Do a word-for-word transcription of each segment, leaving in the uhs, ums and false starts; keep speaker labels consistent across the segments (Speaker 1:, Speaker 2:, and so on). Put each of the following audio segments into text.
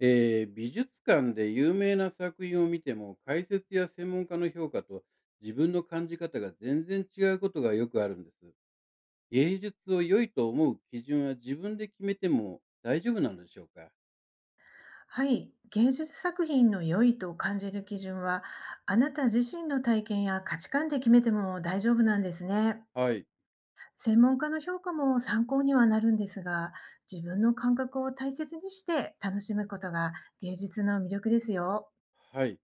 Speaker 1: えー美術館で有名な作品を見ても、解説や専門家の評価と自分の感じ方が全然違うことがよくあるんです。芸術を良いと思う基準は自分で決めても大丈夫なのでしょうか？
Speaker 2: はい、芸術作品の良いと感じる基準は、あなた自身の体験や価値観で決めても大丈夫なんですね。
Speaker 1: はい。
Speaker 2: 専門家の評価も参考にはなるんですが、自分の感覚を大切にして楽しむことが芸術の魅力ですよ。
Speaker 1: はい。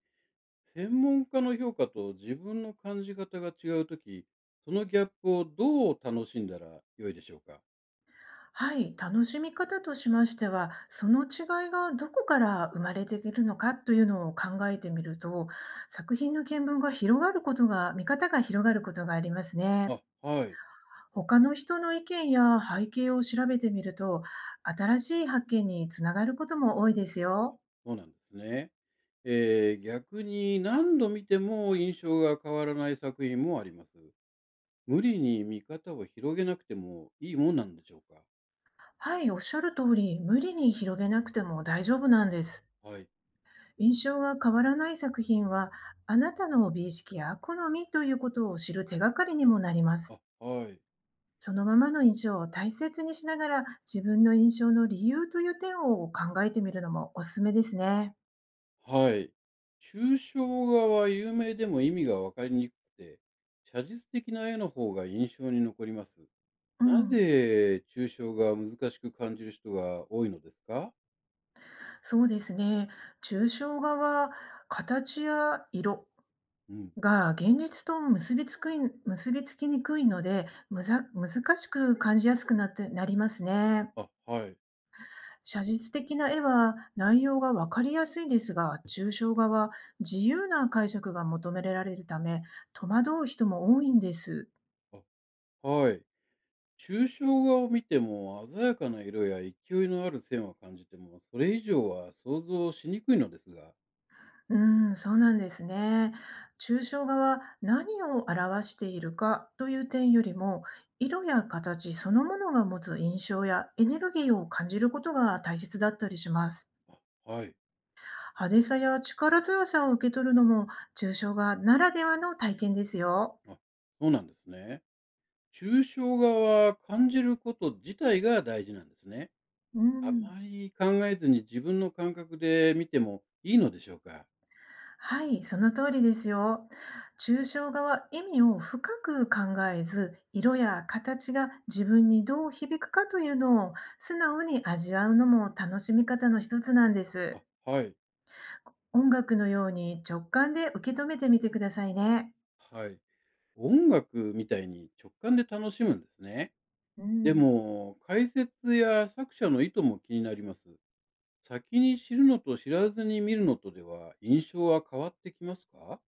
Speaker 1: 専門家の評価と自分の感じ方が違うとき、そのギャップをどう楽しんだら良いでしょうか？
Speaker 2: はい、楽しみ方としましては、その違いがどこから生まれてくるのかというのを考えてみると、作品の見聞が広がることが、見方が広がることがありますね。
Speaker 1: あ、はい。
Speaker 2: 他の人の意見や背景を調べてみると、新しい発見につながることも多いですよ。
Speaker 1: そうなんですね。えー逆に何度見ても印象が変わらない作品もあります。無理に見方を広げなくてもいいもんなんでしょうか？
Speaker 2: はい、おっしゃる通り、無理に広げなくても大丈夫なんです。
Speaker 1: はい。
Speaker 2: 印象が変わらない作品は、あなたの美意識や好みということを知る手がかりにもなります。
Speaker 1: あ、はい。
Speaker 2: そのままの印象を大切にしながら、自分の印象の理由という点を考えてみるのもおすすめですね。
Speaker 1: はい。抽象画は有名でも意味がわかりにくくて、写実的な絵の方が印象に残ります。
Speaker 2: う
Speaker 1: な
Speaker 2: ん、
Speaker 1: ぜ抽象画は難しく感じる人が多いのですか？
Speaker 2: そうですね。抽象画は形や色
Speaker 1: うん。
Speaker 2: が、現実と結びつくい結びつきにくいので、むざ難しく感じやすくなってなりますね。
Speaker 1: あ、はい。
Speaker 2: 写実的な絵は内容がわかりやすいですが、抽象画は自由な解釈が求められるため、戸惑う人も多いんです。
Speaker 1: あ、はい。抽象画を見ても鮮やかな色や勢いのある線は感じても、それ以上は想像しにくいのですが。
Speaker 2: うーん、そうなんですね。抽象画は何を表しているかという点よりも、色や形そのものが持つ印象やエネルギーを感じることが大切だったりします。
Speaker 1: あ、はい。
Speaker 2: 派手さや力強さを受け取るのも、抽象画ならではの体験ですよ。
Speaker 1: あ、そうなんですね。抽象画は感じること自体が大事なんですね。
Speaker 2: う
Speaker 1: あ
Speaker 2: ん。
Speaker 1: まり考えずに自分の感覚で見てもいいのでしょうか？
Speaker 2: はい、その通りですよ。抽象画は意味を深く考えず、色や形が自分にどう響くかというのを素直に味わうのも楽しみ方の一つなんです。
Speaker 1: あ、はい、
Speaker 2: 音楽のように直感で受け止めてみてくださいね。
Speaker 1: はい。音楽みたいに直感で楽しむんですね。
Speaker 2: う
Speaker 1: で
Speaker 2: ん。
Speaker 1: も、解説や作者の意図も気になります。先に知るのと知らずに見るのとでは印象は変わってきますか？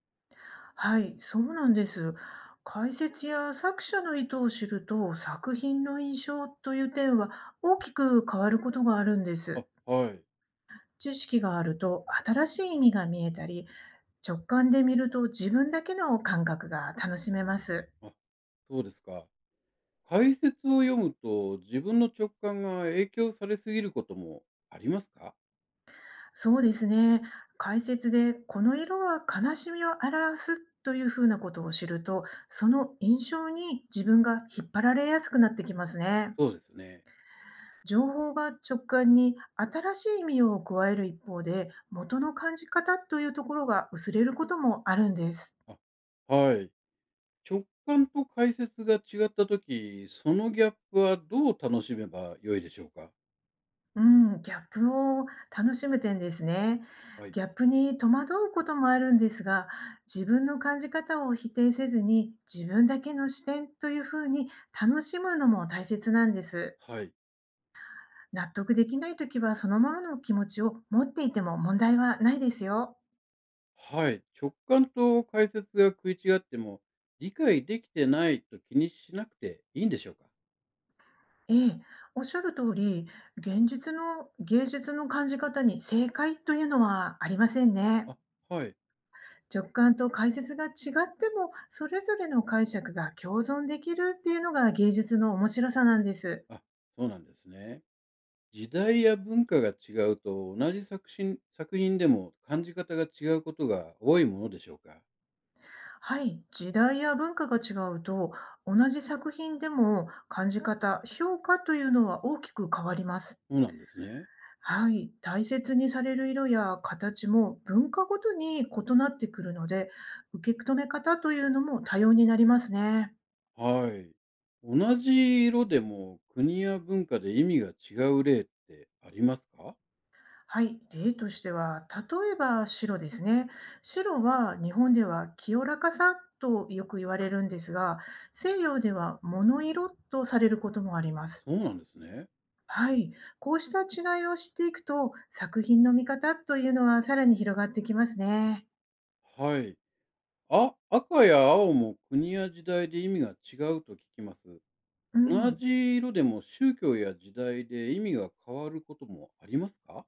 Speaker 2: はい、そうなんです。解説や作者の意図を知ると、作品の印象という点は大きく変わることがあるんで
Speaker 1: あ、
Speaker 2: す。
Speaker 1: はい。
Speaker 2: 知識があると新しい意味が見えたり、直感で見ると自分だけの感覚が楽しめます。
Speaker 1: あ、そうですか。解説を読むと、自分の直感が影響されすぎることもありますか？
Speaker 2: そうですね。解説でこの色は悲しみを表すというふうなことを知ると、その印象に自分が引っ張られやすくなってきますね。
Speaker 1: そうですね。
Speaker 2: 情報が直感に新しい意味を加える一方で、元の感じ方というところが薄れることもあるんです。
Speaker 1: あ、はい。直感と解説が違ったとき、そのギャップはどう楽しめば良いでしょうか？
Speaker 2: うん、ギャップを楽しむ点ですね。
Speaker 1: はい。
Speaker 2: ギャップに戸惑うこともあるんですが、自分の感じ方を否定せずに、自分だけの視点というふうに楽しむのも大切なんです。
Speaker 1: はい。
Speaker 2: 納得できないときは、そのままの気持ちを持っていても問題はないですよ。
Speaker 1: はい。直感と解説が食い違っても、理解できてないと気にしなくていいんでしょうか？
Speaker 2: ええ、おっしゃる通り、現実の芸術の感じ方に正解というのはありませんね。
Speaker 1: あ、はい。
Speaker 2: 直感と解説が違っても、それぞれの解釈が共存できるっていうのが芸術の面白さなんです。
Speaker 1: あ、そうなんですね。時代や文化が違うと、同じ作品作品でも感じ方が違うことが多いものでしょうか？
Speaker 2: はい、時代や文化が違うと、同じ作品でも感じ方、評価というのは大きく変わります。
Speaker 1: そうなんですね。
Speaker 2: はい、大切にされる色や形も文化ごとに異なってくるので、受け止め方というのも多様になりますね。
Speaker 1: はい。同じ色でも国や文化で意味が違う例ってありますか？
Speaker 2: はい、例としては、例えば白ですね。白は日本では清らかさとよく言われるんですが、西洋では物色とされることもあります。
Speaker 1: そうなんですね。
Speaker 2: はい、こうした違いを知っていくと、作品の見方というのはさらに広がってきますね。
Speaker 1: はい。あ、赤や青も国や時代で意味が違うと聞きます。
Speaker 2: う
Speaker 1: 同
Speaker 2: ん。
Speaker 1: じ色でも宗教や時代で意味が変わることもありますか？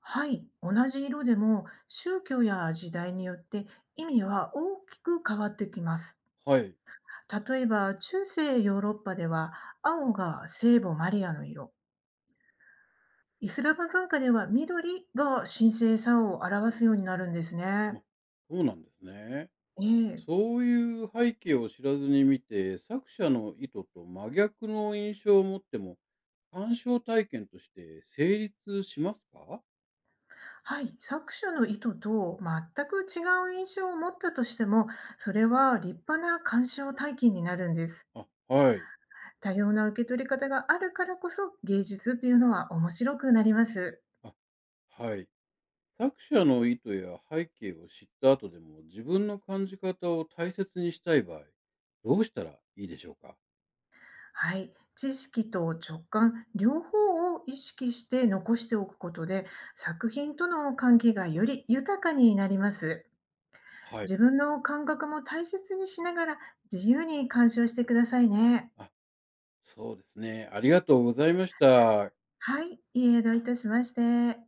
Speaker 2: はい、同じ色でも宗教や時代によって意味は大きく変わってきます。
Speaker 1: はい。
Speaker 2: 例えば中世ヨーロッパでは青が聖母マリアの色、イスラム文化では緑が神聖さを表すようになるんです
Speaker 1: ま、
Speaker 2: ね。
Speaker 1: そうなんですね。
Speaker 2: ええ、
Speaker 1: そういう背景を知らずに見て、作者の意図と真逆の印象を持っても、鑑賞体験として成立しますか？
Speaker 2: はい、作者の意図と全く違う印象を持ったとしても、それは立派な鑑賞体験になるんです。
Speaker 1: あ、はい。
Speaker 2: 多様な受け取り方があるからこそ芸術っていうのは面白くなります。
Speaker 1: あ、はい。作者の意図や背景を知った後でも自分の感じ方を大切にしたい場合、どうしたらいいでしょうか？
Speaker 2: はい、知識と直感両方を意識して残しておくことで作品との関係がより豊かになります。
Speaker 1: はい。
Speaker 2: 自分の感覚も大切にしながら自由に鑑賞してくださいね。
Speaker 1: あ、そうですね。ありがとうございました。
Speaker 2: はい、いいえ、どういたしまして。